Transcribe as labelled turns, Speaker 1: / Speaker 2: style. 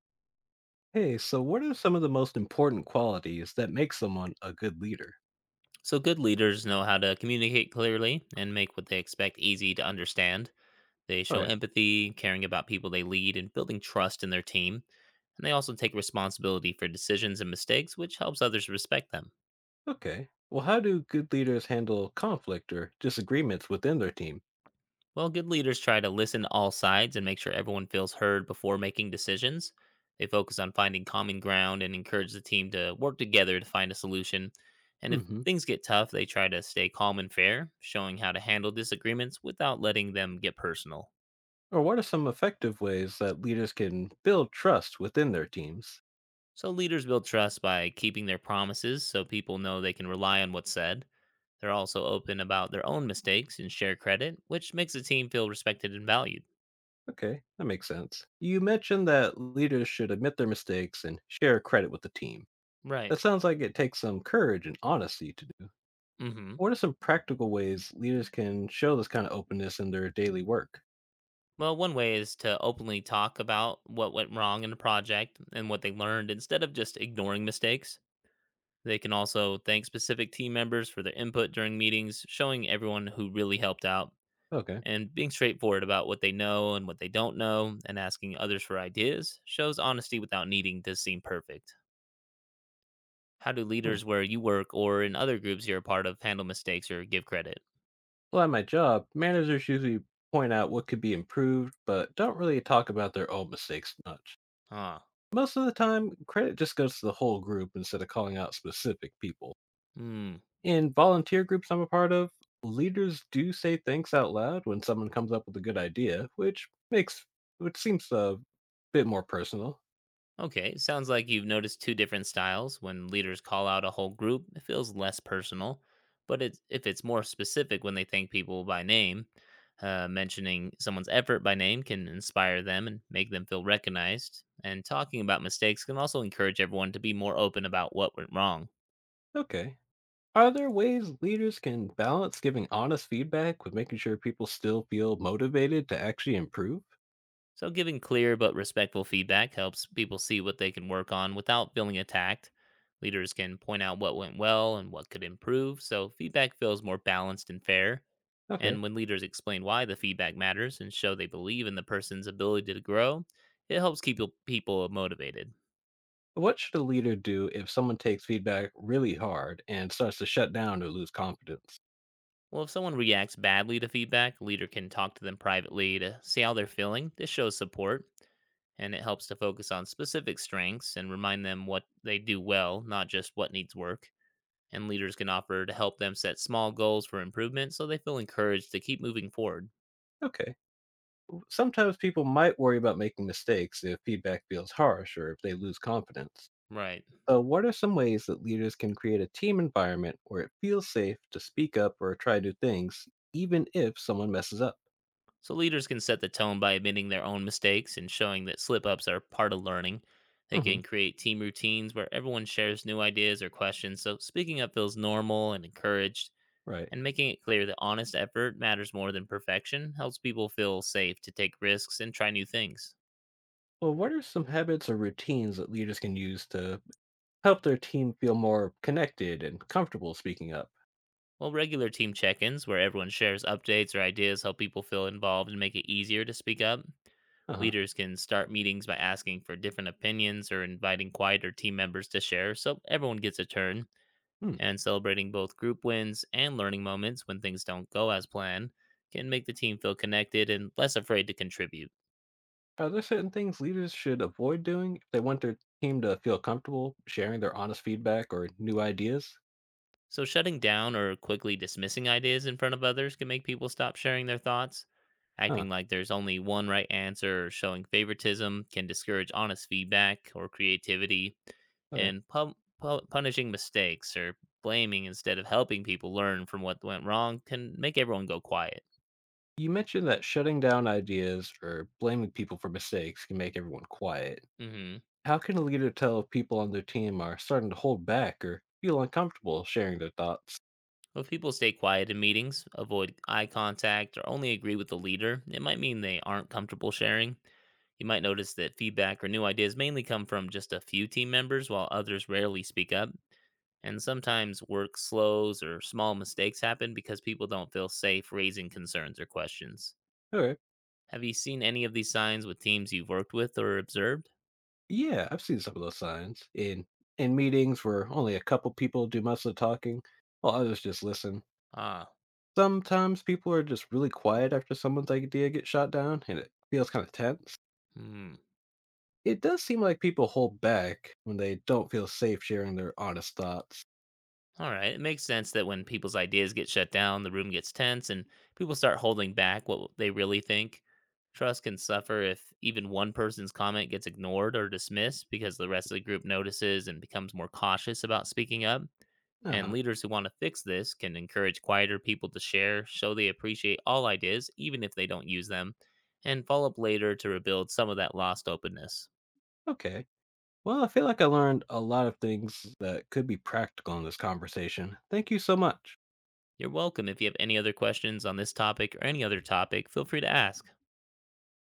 Speaker 1: Hey, so what are some of the most important qualities that make someone a good leader?
Speaker 2: So, good leaders know how to communicate clearly and make what they expect easy to understand. They show
Speaker 1: Okay,
Speaker 2: empathy, caring about people they lead, and building trust in their team. And they also take responsibility for decisions and mistakes, which helps others respect them.
Speaker 1: okay. Well, how do good leaders handle conflict or disagreements within their team?
Speaker 2: Well, good leaders try to listen to all sides and make sure everyone feels heard before making decisions. They focus on finding common ground and encourage the team to work together to find a solution. And if
Speaker 1: hmm
Speaker 2: things get tough, they try to stay calm and fair, showing how to handle disagreements without letting them get personal.
Speaker 1: Or what are some effective ways that leaders can build trust within their teams?
Speaker 2: So leaders build trust by keeping their promises so people know they can rely on what's said. They're also open about their own mistakes and share credit, which makes the team feel respected and valued.
Speaker 1: Okay, that makes sense. You mentioned that leaders should admit their mistakes and share credit with the team.
Speaker 2: Right.
Speaker 1: That sounds like it takes some courage and honesty to do.
Speaker 2: Mhm.
Speaker 1: What are some practical ways leaders can show this kind of openness in their daily work?
Speaker 2: Well, one way is to openly talk about what went wrong in the project and what they learned instead of just ignoring mistakes. They can also thank specific team members for their input during meetings, showing everyone who really helped out.
Speaker 1: Okay.
Speaker 2: And being straightforward about what they know and what they don't know and asking others for ideas shows honesty without needing to seem perfect. How do
Speaker 1: Hmm.
Speaker 2: leaders where you work or in other groups you're a part of handle mistakes or give credit?
Speaker 1: Well, at my job, managers usually point out what could be improved, but don't really talk about their own mistakes much.
Speaker 2: Ah,
Speaker 1: Most of the time, credit just goes to the whole group instead of calling out specific people.
Speaker 2: hmm.
Speaker 1: In volunteer groups I'm a part of, leaders do say thanks out loud when someone comes up with a good idea, which seems a bit more personal.
Speaker 2: Okay, sounds like you've noticed two different styles. When leaders call out a whole group, it feels less personal, but it's, if it's more specific when they thank people by name, mentioning someone's effort by name can inspire them and make them feel recognized. And talking about mistakes can also encourage everyone to be more open about what went wrong.
Speaker 1: Okay. Are there ways leaders can balance giving honest feedback with making sure people still feel motivated to actually improve?
Speaker 2: So, giving clear but respectful feedback helps people see what they can work on without feeling attacked. Leaders can point out what went well and what could improve, so feedback feels more balanced and fair.
Speaker 1: Okay.
Speaker 2: And when leaders explain why the feedback matters and show they believe in the person's ability to grow, it helps keep people motivated.
Speaker 1: What should a leader do if someone takes feedback really hard and starts to shut down or lose confidence?
Speaker 2: Well, if someone reacts badly to feedback, a leader can talk to them privately to see how they're feeling. This shows support, and it helps to focus on specific strengths and remind them what they do well, not just what needs work. And leaders can offer to help them set small goals for improvement so they feel encouraged to keep moving forward.
Speaker 1: Okay. Sometimes people might worry about making mistakes if feedback feels harsh or if they lose confidence.
Speaker 2: Right.
Speaker 1: So, what are some ways that leaders can create a team environment where it feels safe to speak up or try new things, even if someone messes up?
Speaker 2: So, leaders can set the tone by admitting their own mistakes and showing that slip ups are part of learning. They
Speaker 1: hmm
Speaker 2: can create team routines where everyone shares new ideas or questions, so speaking up feels normal and encouraged.
Speaker 1: Right.
Speaker 2: And making it clear that honest effort matters more than perfection helps people feel safe to take risks and try new things.
Speaker 1: Well, what are some habits or routines that leaders can use to help their team feel more connected and comfortable speaking up?
Speaker 2: Well, regular team check ins where everyone shares updates or ideas help people feel involved and make it easier to speak up.
Speaker 1: Uh
Speaker 2: Leaders can start meetings by asking for different opinions or inviting quieter team members to share so everyone gets a turn.
Speaker 1: huh.
Speaker 2: And celebrating both group wins and learning moments when things don't go as planned can make the team feel connected and less afraid to contribute.
Speaker 1: Are there certain things leaders should avoid doing if they want their team to feel comfortable sharing their honest feedback or new ideas?
Speaker 2: So, shutting down or quickly dismissing ideas in front of others can make people stop sharing their thoughts.
Speaker 1: Huh.
Speaker 2: Acting like there's only one right answer or showing favoritism can discourage honest feedback or creativity.
Speaker 1: Okay.
Speaker 2: And punishing mistakes or blaming instead of helping people learn from what went wrong can make everyone go quiet.
Speaker 1: You mentioned that shutting down ideas or blaming people for mistakes can make everyone quiet.
Speaker 2: Hmm.
Speaker 1: How can a leader tell if people on their team are starting to hold back or feel uncomfortable sharing their thoughts?
Speaker 2: Well, if people stay quiet in meetings, avoid eye contact, or only agree with the leader, it might mean they aren't comfortable sharing. You might notice that feedback or new ideas mainly come from just a few team members, while others rarely speak up. And sometimes work slows or small mistakes happen because people don't feel safe raising concerns or questions.
Speaker 1: Okay.
Speaker 2: Have you seen any of these signs with teams you've worked with or observed?
Speaker 1: Yeah, I've seen some of those signs in meetings where only a couple people do most of the talking, while others just listen.
Speaker 2: Ah,
Speaker 1: Sometimes people are just really quiet after someone's idea gets shot down, and it feels kind of tense.
Speaker 2: hmm.
Speaker 1: It does seem like people hold back when they don't feel safe sharing their honest thoughts.
Speaker 2: All right. It makes sense that when people's ideas get shut down, the room gets tense and people start holding back what they really think. Trust can suffer if even one person's comment gets ignored or dismissed because the rest of the group notices and becomes more cautious about speaking up.
Speaker 1: Uh
Speaker 2: And
Speaker 1: huh.
Speaker 2: leaders who want to fix this can encourage quieter people to share, show they appreciate all ideas, even if they don't use them, and follow up later to rebuild some of that lost openness.
Speaker 1: Okay. Well, I feel like I learned a lot of things that could be practical in this conversation. Thank you so much.
Speaker 2: You're welcome. If you have any other questions on this topic or any other topic, feel free to ask.